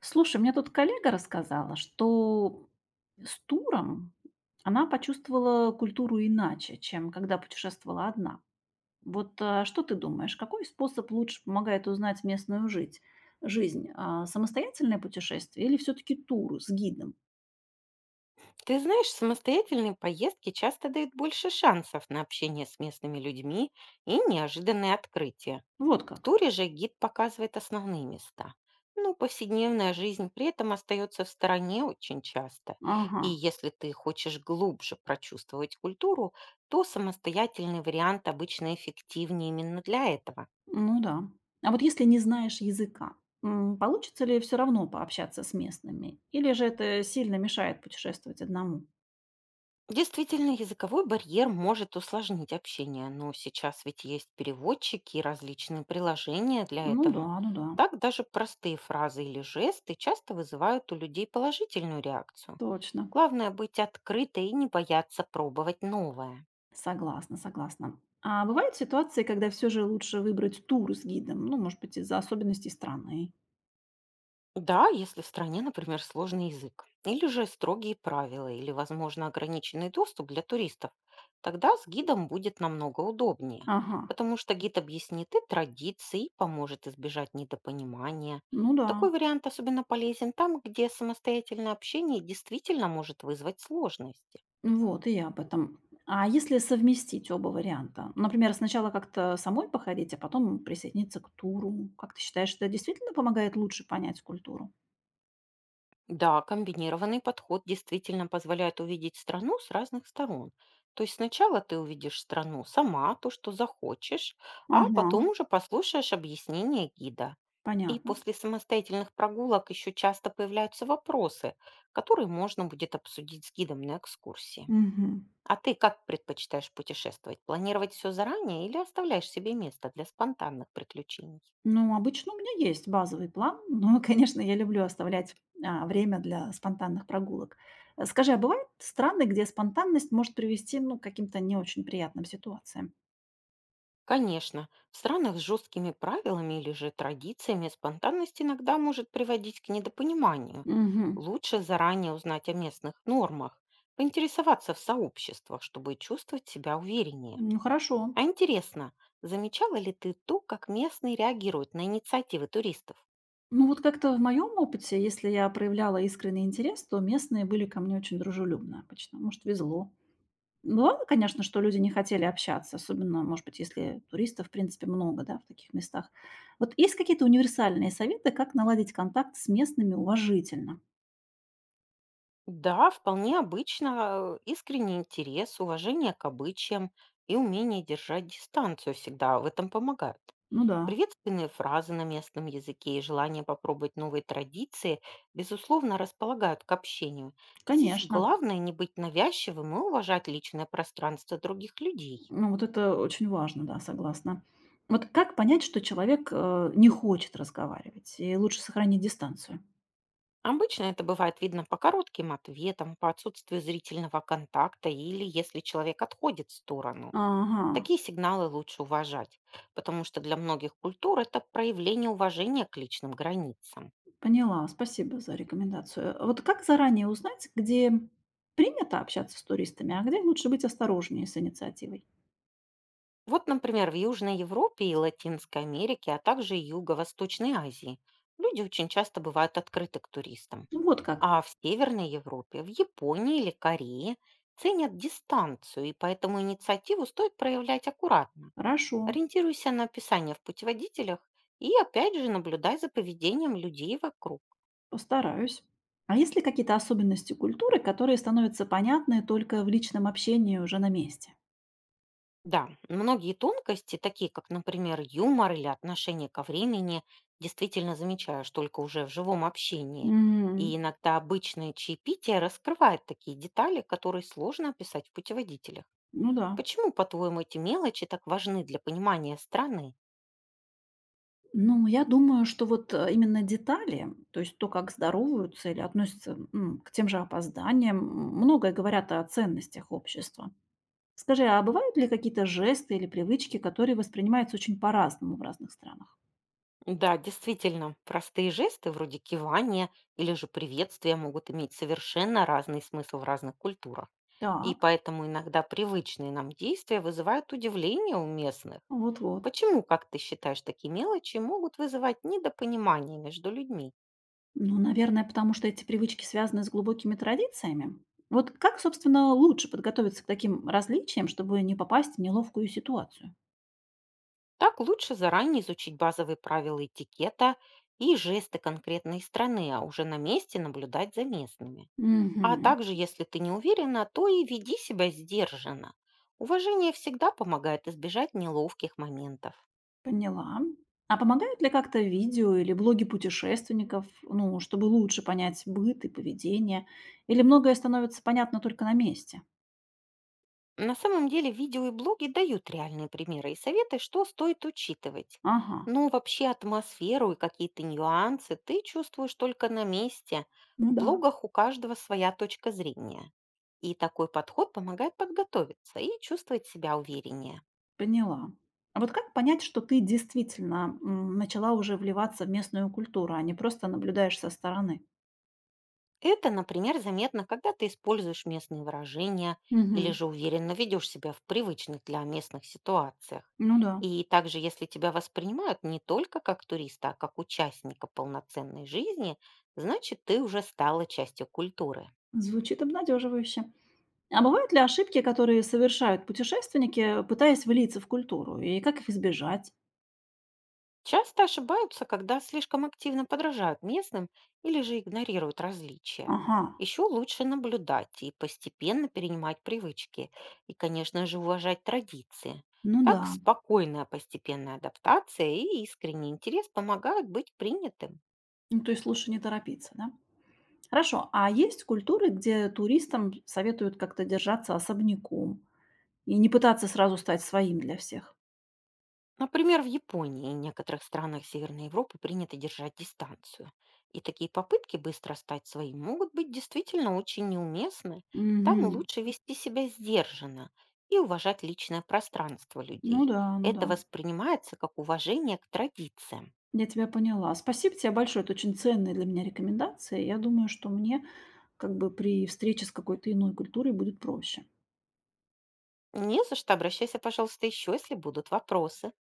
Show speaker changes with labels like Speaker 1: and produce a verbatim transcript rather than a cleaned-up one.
Speaker 1: Слушай, мне тут коллега рассказала, что с туром она почувствовала культуру иначе, чем когда путешествовала одна. Вот а, что ты думаешь, какой способ лучше помогает узнать местную жить, жизнь? А, самостоятельное путешествие или все-таки тур с гидом?
Speaker 2: Ты знаешь, самостоятельные поездки часто дают больше шансов на общение с местными людьми и неожиданные открытия.
Speaker 1: Вот
Speaker 2: В
Speaker 1: как.
Speaker 2: туре же гид показывает основные места. Но повседневная жизнь при этом остается в стороне очень часто.
Speaker 1: Ага,
Speaker 2: И если ты хочешь глубже прочувствовать культуру, то самостоятельный вариант обычно эффективнее именно для этого.
Speaker 1: ну да. А вот если не знаешь языка, м, получится ли все равно пообщаться с местными? Или же это сильно мешает путешествовать одному?
Speaker 2: Действительно, языковой барьер может усложнить общение, но сейчас ведь есть переводчики и различные приложения для
Speaker 1: Ну да,
Speaker 2: этого.
Speaker 1: ну да,
Speaker 2: Так даже простые фразы или жесты часто вызывают у людей положительную реакцию.
Speaker 1: точно.
Speaker 2: Главное быть открытой и не бояться пробовать новое.
Speaker 1: Согласна, согласна. А бывают ситуации, когда все же лучше выбрать тур с гидом, ну, может быть, из-за особенностей страны.
Speaker 2: Да, если в стране, например, сложный язык, или же строгие правила, или, возможно, ограниченный доступ для туристов, тогда с гидом будет намного удобнее,
Speaker 1: Ага,
Speaker 2: потому что гид объяснит и традиции, и поможет избежать недопонимания.
Speaker 1: ну да,
Speaker 2: Такой вариант особенно полезен там, где самостоятельное общение действительно может вызвать сложности.
Speaker 1: вот и я об этом. А если совместить оба варианта? Например, сначала как-то самой походить, а потом присоединиться к туру. Как ты считаешь, это действительно помогает лучше понять культуру?
Speaker 2: Да, комбинированный подход действительно позволяет увидеть страну с разных сторон. То есть сначала ты увидишь страну сама, то, что захочешь, а
Speaker 1: Ага,
Speaker 2: потом уже послушаешь объяснение гида. И
Speaker 1: понятно.
Speaker 2: после самостоятельных прогулок еще часто появляются вопросы, которые можно будет обсудить с гидом на экскурсии.
Speaker 1: Мгм.
Speaker 2: А ты как предпочитаешь путешествовать? Планировать все заранее или оставляешь себе место для спонтанных приключений?
Speaker 1: Ну, обычно у меня есть базовый план, но, конечно, я люблю оставлять, а, время для спонтанных прогулок. Э, скажи, а бывают страны, где спонтанность может привести, ну, к каким-то не очень приятным ситуациям?
Speaker 2: Конечно, в странах с жесткими правилами или же традициями спонтанность иногда может приводить к недопониманию.
Speaker 1: Мгм.
Speaker 2: Лучше заранее узнать о местных нормах, поинтересоваться в сообществах, чтобы чувствовать себя увереннее.
Speaker 1: Ну, хорошо.
Speaker 2: А интересно, замечала ли ты то, как местные реагируют на инициативы туристов?
Speaker 1: Ну, вот как-то в моем опыте, если я проявляла искренний интерес, то местные были ко мне очень дружелюбно обычно. Может, везло. Бывало, конечно, что люди не хотели общаться, особенно, может быть, если туристов, в принципе, много, да, в таких местах. Вот есть какие-то универсальные советы, как наладить контакт с местными уважительно?
Speaker 2: Да, вполне обычно э, искренний интерес, уважение к обычаям и умение держать дистанцию всегда в этом помогают.
Speaker 1: Ну да,
Speaker 2: Приветственные фразы на местном языке и желание попробовать новые традиции, безусловно, располагают к общению. Здесь
Speaker 1: конечно.
Speaker 2: главное не быть навязчивым и уважать личное пространство других людей.
Speaker 1: Ну вот это очень важно, да, согласна. Вот как понять, что человек э, не хочет разговаривать и лучше сохранить дистанцию?
Speaker 2: Обычно это бывает видно по коротким ответам, по отсутствию зрительного контакта или если человек отходит в сторону.
Speaker 1: Ага,
Speaker 2: Такие сигналы лучше уважать, потому что для многих культур это проявление уважения к личным границам.
Speaker 1: поняла. Спасибо за рекомендацию. Вот как заранее узнать, где принято общаться с туристами, а где лучше быть осторожнее с инициативой?
Speaker 2: Вот, например, в Южной Европе и Латинской Америке, а также и Юго-Восточной Азии люди очень часто бывают открыты к туристам.
Speaker 1: Вот как.
Speaker 2: А в Северной Европе, в Японии или Корее ценят дистанцию, и поэтому инициативу стоит проявлять аккуратно.
Speaker 1: Хорошо,
Speaker 2: Ориентируйся на описание в путеводителях и опять же наблюдай за поведением людей вокруг.
Speaker 1: постараюсь. А есть ли какие-то особенности культуры, которые становятся понятны только в личном общении уже на месте?
Speaker 2: Да, многие тонкости, такие как, например, юмор или отношение ко времени, действительно замечаешь только уже в живом общении.
Speaker 1: М.
Speaker 2: И иногда обычное чаепитие раскрывает такие детали, которые сложно описать в путеводителях.
Speaker 1: Ну да.
Speaker 2: Почему, по-твоему, эти мелочи так важны для понимания страны?
Speaker 1: Ну, я думаю, что вот э, именно детали, то есть то, как здороваются или относятся м, к тем же опозданиям, м, многое говорят о ценностях общества. Скажи, а бывают ли какие-то жесты или привычки, которые воспринимаются очень по-разному в разных странах?
Speaker 2: Да, действительно, простые жесты вроде кивания или же приветствия могут иметь совершенно разный смысл в разных культурах. И
Speaker 1: Так,
Speaker 2: поэтому иногда привычные нам действия вызывают удивление у местных.
Speaker 1: вот-вот.
Speaker 2: Почему, как ты считаешь, такие мелочи могут вызывать недопонимание между людьми?
Speaker 1: Ну, наверное, потому что эти привычки связаны с глубокими традициями. Вот как, собственно, лучше подготовиться к таким различиям, чтобы не попасть в неловкую ситуацию?
Speaker 2: Так лучше заранее изучить базовые правила этикета и жесты конкретной страны, а уже на месте наблюдать за местными. А
Speaker 1: Мгм.
Speaker 2: также, если ты не уверена, то и веди себя сдержанно. Уважение всегда помогает избежать неловких моментов.
Speaker 1: поняла. А помогают ли как-то видео или блоги путешественников, ну, чтобы лучше понять быт и поведение? Или многое становится понятно только на месте?
Speaker 2: На самом деле видео и блоги дают реальные примеры и советы, что стоит учитывать.
Speaker 1: Ага,
Speaker 2: Но вообще атмосферу и какие-то нюансы ты чувствуешь только на месте.
Speaker 1: ну
Speaker 2: В
Speaker 1: да,
Speaker 2: блогах у каждого своя точка зрения. И такой подход помогает подготовиться и чувствовать себя увереннее.
Speaker 1: поняла. А вот как понять, что ты действительно м, начала уже вливаться в местную культуру, а не просто наблюдаешь со стороны?
Speaker 2: Это, например, заметно, когда ты используешь местные выражения или
Speaker 1: Угу.
Speaker 2: же уверенно ведешь себя в привычных для местных ситуациях.
Speaker 1: ну да.
Speaker 2: И также, если тебя воспринимают не только как туриста, а как участника полноценной жизни, значит, ты уже стала частью культуры.
Speaker 1: Звучит обнадеживающе. А бывают ли ошибки, которые совершают путешественники, пытаясь влиться в культуру, и как их избежать?
Speaker 2: Часто ошибаются, когда слишком активно подражают местным или же игнорируют различия.
Speaker 1: Ага,
Speaker 2: Еще лучше наблюдать и постепенно перенимать привычки и, конечно же, уважать традиции.
Speaker 1: ну
Speaker 2: Так
Speaker 1: да.
Speaker 2: спокойная постепенная адаптация и искренний интерес помогают быть принятым.
Speaker 1: Ну, то есть лучше не торопиться, да? Хорошо, а есть культуры, где туристам советуют как-то держаться особняком и не пытаться сразу стать своим для всех?
Speaker 2: Например, в Японии и некоторых странах Северной Европы принято держать дистанцию. И такие попытки быстро стать своим могут быть действительно очень неуместны. Там
Speaker 1: Угу.
Speaker 2: лучше вести себя сдержанно и уважать личное пространство
Speaker 1: Ну
Speaker 2: людей.
Speaker 1: да, ну да.
Speaker 2: Это воспринимается как уважение к традициям.
Speaker 1: Я тебя поняла. Спасибо тебе большое. Это очень ценные для меня рекомендации. Я думаю, что мне как бы при встрече с какой-то иной культурой будет проще.
Speaker 2: Не за что, обращайся, пожалуйста, еще, если будут вопросы.